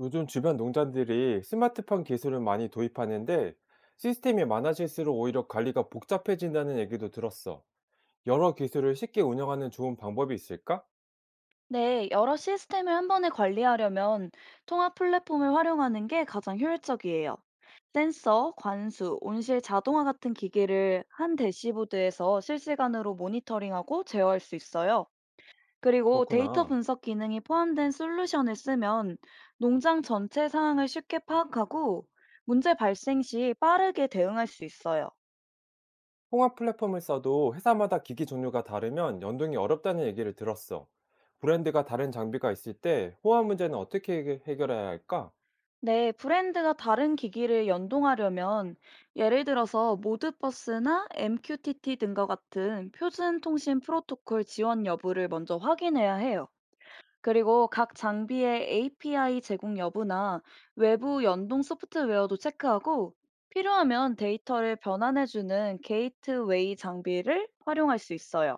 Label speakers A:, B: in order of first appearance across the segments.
A: 요즘 주변 농장들이 스마트팜 기술을 많이 도입하는데 시스템이 많아질수록 오히려 관리가 복잡해진다는 얘기도 들었어. 여러 기술을 쉽게 운영하는 좋은 방법이 있을까?
B: 네, 여러 시스템을 한 번에 관리하려면 통합 플랫폼을 활용하는 게 가장 효율적이에요. 센서, 관수, 온실 자동화 같은 기기를 한 대시보드에서 실시간으로 모니터링하고 제어할 수 있어요. 그리고 데이터
A: 그렇구나.
B: 분석 기능이 포함된 솔루션을 쓰면 농장 전체 상황을 쉽게 파악하고 문제 발생 시 빠르게 대응할 수 있어요.
A: 통합 플랫폼을 써도 회사마다 기기 종류가 다르면 연동이 어렵다는 얘기를 들었어. 브랜드가 다른 장비가 있을 때 호환 문제는 어떻게 해결해야 할까?
B: 네, 브랜드가 다른 기기를 연동하려면 예를 들어서 모드버스나 MQTT 등과 같은 표준 통신 프로토콜 지원 여부를 먼저 확인해야 해요. 그리고 각 장비의 API 제공 여부나 외부 연동 소프트웨어도 체크하고, 필요하면 데이터를 변환해주는 게이트웨이 장비를 활용할 수 있어요.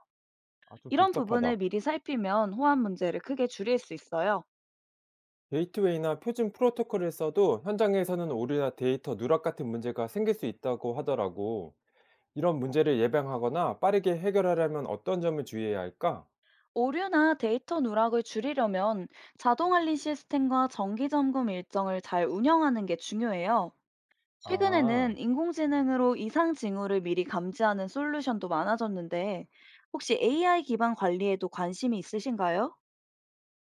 A: 아, 좀
B: 이런 부분을
A: 복잡하다.
B: 미리 살피면 호환 문제를 크게 줄일 수 있어요.
A: 게이트웨이나 표준 프로토콜을 써도 현장에서는 오류나 데이터 누락 같은 문제가 생길 수 있다고 하더라고. 이런 문제를 예방하거나 빠르게 해결하려면 어떤 점을 주의해야 할까?
B: 오류나 데이터 누락을 줄이려면 자동 알림 시스템과 정기 점검 일정을 잘 운영하는 게 중요해요.
A: 아,
B: 최근에는 인공지능으로 이상 징후를 미리 감지하는 솔루션도 많아졌는데, 혹시 AI 기반 관리에도 관심이 있으신가요?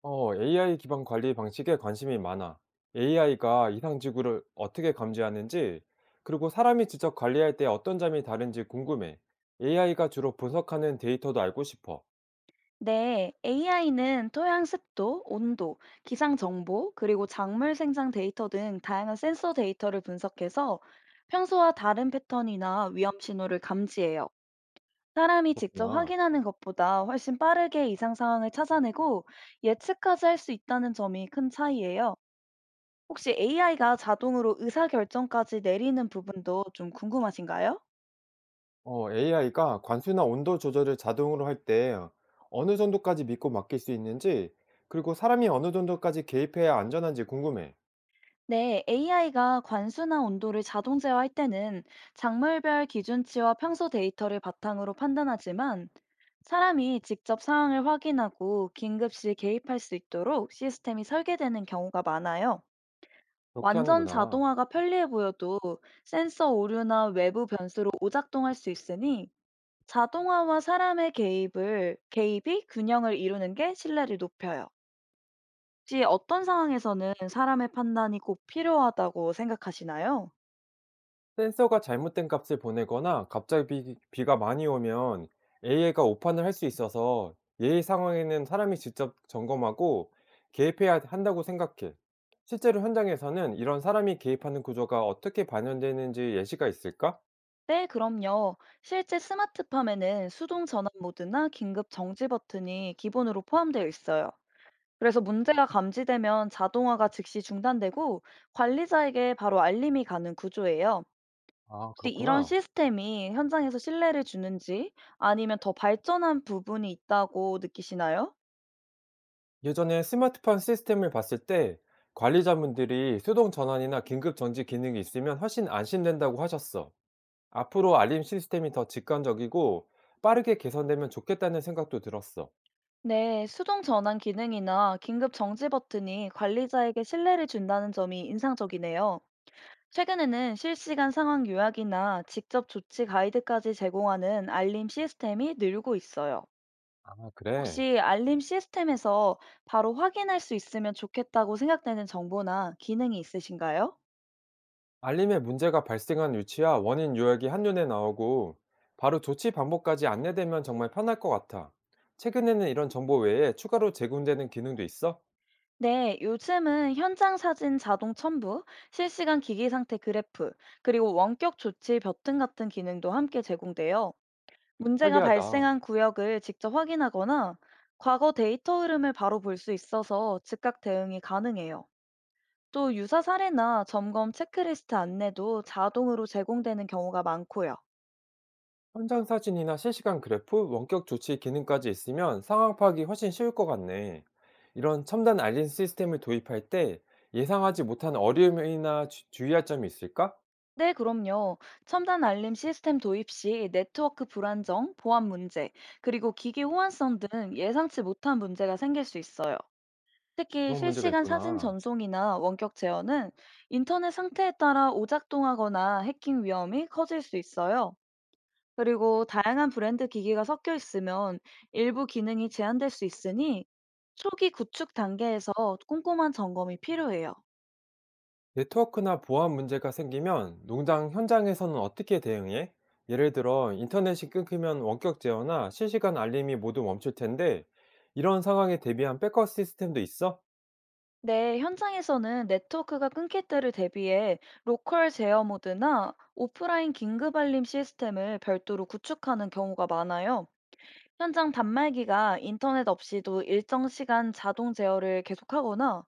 A: 어, AI 기반 관리 방식에 관심이 많아. AI가 이상 지구를 어떻게 감지하는지, 그리고 사람이 직접 관리할 때 어떤 점이 다른지 궁금해. AI가 주로 분석하는 데이터도 알고 싶어.
B: 네, AI는 토양 습도, 온도, 기상 정보, 그리고 작물 생장 데이터 등 다양한 센서 데이터를 분석해서 평소와 다른 패턴이나 위험 신호를 감지해요. 사람이 직접
A: 그렇구나.
B: 확인하는 것보다 훨씬 빠르게 이상 상황을 찾아내고 예측까지 할 수 있다는 점이 큰 차이예요. 혹시 AI가 자동으로 의사결정까지 내리는 부분도 좀 궁금하신가요?
A: 어, AI가 관수나 온도 조절을 자동으로 할 때 어느 정도까지 믿고 맡길 수 있는지, 그리고 사람이 어느 정도까지 개입해야 안전한지 궁금해.
B: 네, AI가 관수나 온도를 자동 제어할 때는 작물별 기준치와 평소 데이터를 바탕으로 판단하지만, 사람이 직접 상황을 확인하고 긴급시 개입할 수 있도록 시스템이 설계되는 경우가 많아요.
A: 그렇게
B: 완전
A: 하는구나.
B: 자동화가 편리해 보여도 센서 오류나 외부 변수로 오작동할 수 있으니, 자동화와 사람의 개입을 개입이 균형을 이루는 게 신뢰를 높여요. 혹시 어떤 상황에서는 사람의 판단이 꼭 필요하다고 생각하시나요?
A: 센서가 잘못된 값을 보내거나 갑자기 비, 가 많이 오면 AI가 오판을 할 수 있어서 예의 상황에는 사람이 직접 점검하고 개입해야 한다고 생각해. 실제로 현장에서는 이런 사람이 개입하는 구조가 어떻게 반영되는지 예시가 있을까?
B: 네, 그럼요. 실제 스마트팜에는 수동 전환 모드나 긴급 정지 버튼이 기본으로 포함되어 있어요. 그래서 문제가 감지되면 자동화가 즉시 중단되고 관리자에게 바로 알림이 가는 구조예요.
A: 아,
B: 혹시 이런
A: 그렇구나.
B: 시스템이 현장에서 신뢰를 주는지, 아니면 더 발전한 부분이 있다고 느끼시나요?
A: 예전에 스마트폰 시스템을 봤을 때 관리자분들이 수동 전환이나 긴급 정지 기능이 있으면 훨씬 안심된다고 하셨어. 앞으로 알림 시스템이 더 직관적이고 빠르게 개선되면 좋겠다는 생각도 들었어.
B: 네, 수동 전환 기능이나 긴급 정지 버튼이 관리자에게 신뢰를 준다는 점이 인상적이네요. 최근에는 실시간 상황 요약이나 직접 조치 가이드까지 제공하는 알림 시스템이 늘고 있어요.
A: 아, 그래.
B: 혹시 알림 시스템에서 바로 확인할 수 있으면 좋겠다고 생각되는 정보나 기능이 있으신가요?
A: 알림에 문제가 발생한 위치와 원인 요약이 한눈에 나오고 바로 조치 방법까지 안내되면 정말 편할 것 같아. 최근에는 이런 정보 외에 추가로 제공되는 기능도 있어?
B: 네, 요즘은 현장 사진 자동 첨부, 실시간 기기 상태 그래프, 그리고 원격 조치 버튼 같은 기능도 함께 제공돼요. 문제가
A: 편리하다.
B: 발생한 구역을 직접 확인하거나 과거 데이터 흐름을 바로 볼 수 있어서 즉각 대응이 가능해요. 또 유사 사례나 점검 체크리스트 안내도 자동으로 제공되는 경우가 많고요.
A: 현장 사진이나 실시간 그래프, 원격 조치 기능까지 있으면 상황 파악이 훨씬 쉬울 것 같네. 이런 첨단 알림 시스템을 도입할 때 예상하지 못한 어려움이나 주의할 점이 있을까?
B: 네, 그럼요. 첨단 알림 시스템 도입 시 네트워크 불안정, 보안 문제, 그리고 기기 호환성 등 예상치 못한 문제가 생길 수 있어요. 특히
A: 그런 문제가
B: 실시간 사진
A: 있구나.
B: 전송이나 원격 제어는 인터넷 상태에 따라 오작동하거나 해킹 위험이 커질 수 있어요. 그리고 다양한 브랜드 기기가 섞여 있으면 일부 기능이 제한될 수 있으니, 초기 구축 단계에서 꼼꼼한 점검이 필요해요.
A: 네트워크나 보안 문제가 생기면 농장 현장에서는 어떻게 대응해? 예를 들어 인터넷이 끊기면 원격 제어나 실시간 알림이 모두 멈출 텐데 이런 상황에 대비한 백업 시스템도 있어?
B: 네, 현장에서는 네트워크가 끊길 때를 대비해 로컬 제어 모드나 오프라인 긴급 알림 시스템을 별도로 구축하는 경우가 많아요. 현장 단말기가 인터넷 없이도 일정 시간 자동 제어를 계속하거나,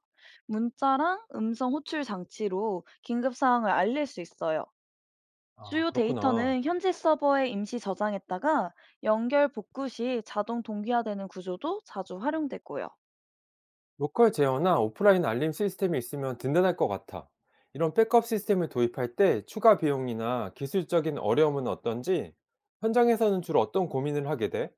B: 문자랑 음성 호출 장치로 긴급 사항을 알릴 수 있어요.
A: 아,
B: 주요
A: 그렇구나.
B: 데이터는 현지 서버에 임시 저장했다가 연결 복구 시 자동 동기화되는 구조도 자주 활용되고요.
A: 로컬 제어나 오프라인 알림 시스템이 있으면 든든할 것 같아. 이런 백업 시스템을 도입할 때 추가 비용이나 기술적인 어려움은 어떤지 현장에서는 주로 어떤 고민을 하게 돼?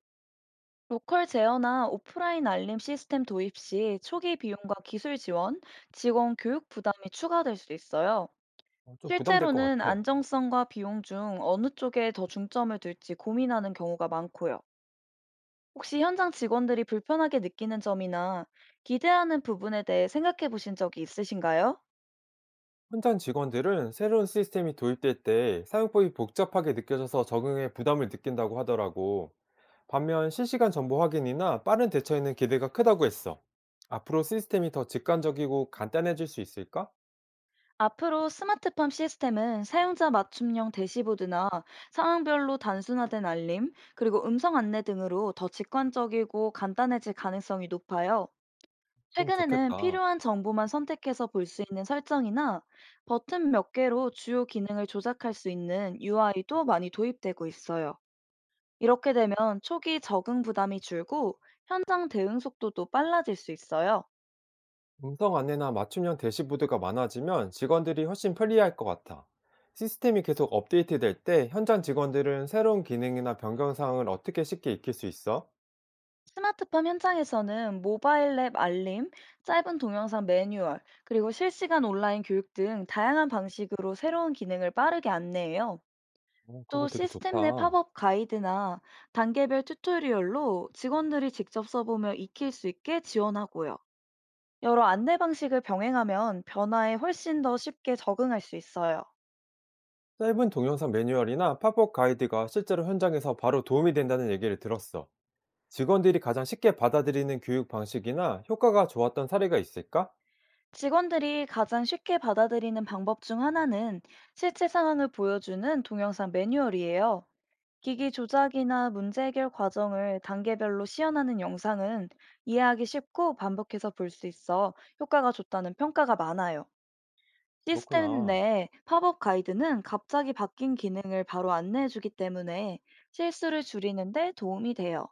B: 로컬 제어나 오프라인 알림 시스템 도입 시 초기 비용과 기술 지원, 직원 교육 부담이 추가될 수 있어요.
A: 어, 좀 부담될 것
B: 실제로는
A: 같아.
B: 안정성과 비용 중 어느 쪽에 더 중점을 둘지 고민하는 경우가 많고요. 혹시 현장 직원들이 불편하게 느끼는 점이나 기대하는 부분에 대해 생각해 보신 적이 있으신가요?
A: 현장 직원들은 새로운 시스템이 도입될 때 사용법이 복잡하게 느껴져서 적응에 부담을 느낀다고 하더라고. 반면 실시간 정보 확인이나 빠른 대처에는 기대가 크다고 했어. 앞으로 시스템이 더 직관적이고 간단해질 수 있을까?
B: 앞으로 스마트팜 시스템은 사용자 맞춤형 대시보드나 상황별로 단순화된 알림, 그리고 음성 안내 등으로 더 직관적이고 간단해질 가능성이 높아요.
A: 그럼
B: 최근에는
A: 좋겠다.
B: 필요한 정보만 선택해서 볼 수 있는 설정이나 버튼 몇 개로 주요 기능을 조작할 수 있는 UI도 많이 도입되고 있어요. 이렇게 되면 초기 적응 부담이 줄고 현장 대응 속도도 빨라질 수 있어요.
A: 음성 안내나 맞춤형 대시보드가 많아지면 직원들이 훨씬 편리할 것 같아. 시스템이 계속 업데이트될 때 현장 직원들은 새로운 기능이나 변경 사항을 어떻게 쉽게 익힐 수 있어?
B: 스마트팜 현장에서는 모바일 앱 알림, 짧은 동영상 매뉴얼, 그리고 실시간 온라인 교육 등 다양한 방식으로 새로운 기능을 빠르게 안내해요.
A: 어,
B: 또
A: 그거 되게
B: 시스템 내
A: 좋다.
B: 팝업 가이드나 단계별 튜토리얼로 직원들이 직접 써보며 익힐 수 있게 지원하고요. 여러 안내 방식을 병행하면 변화에 훨씬 더 쉽게 적응할 수 있어요.
A: 짧은 동영상 매뉴얼이나 팝업 가이드가 실제로 현장에서 바로 도움이 된다는 얘기를 들었어. 직원들이 가장 쉽게 받아들이는 교육 방식이나 효과가 좋았던 사례가 있을까?
B: 직원들이 가장 쉽게 받아들이는 방법 중 하나는 실제 상황을 보여주는 동영상 매뉴얼이에요. 기기 조작이나 문제 해결 과정을 단계별로 시연하는 영상은 이해하기 쉽고 반복해서 볼 수 있어 효과가 좋다는 평가가 많아요. 시스템
A: 그렇구나.
B: 내 팝업 가이드는 갑자기 바뀐 기능을 바로 안내해주기 때문에 실수를 줄이는데 도움이 돼요.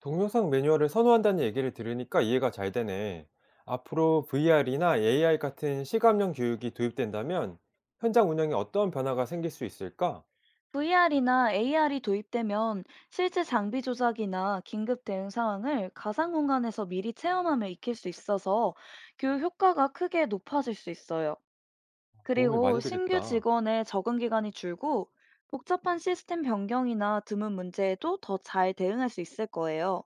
A: 동영상 매뉴얼을 선호한다는 얘기를 들으니까 이해가 잘 되네. 앞으로 VR이나 AI 같은 시감형 교육이 도입된다면 현장 운영에 어떤 변화가 생길 수 있을까?
B: VR이나 AR이 도입되면 실제 장비 조작이나 긴급 대응 상황을 가상 공간에서 미리 체험하며 익힐 수 있어서 교육 효과가 크게 높아질 수 있어요.
A: 도움이
B: 그리고
A: 많이
B: 신규
A: 되겠다.
B: 직원의 적응 기간이 줄고 복잡한 시스템 변경이나 드문 문제에도 더 잘 대응할 수 있을 거예요.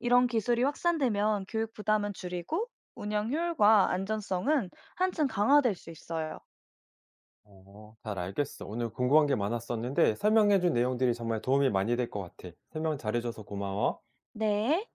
B: 이런 기술이 확산되면 교육 부담은 줄이고 운영 효율과 안전성은 한층 강화될 수 있어요.
A: 어, 잘 알겠어. 오늘 궁금한 게 많았었는데 설명해준 내용들이 정말 도움이 많이 될 것 같아. 설명 잘해줘서 고마워.
B: 네.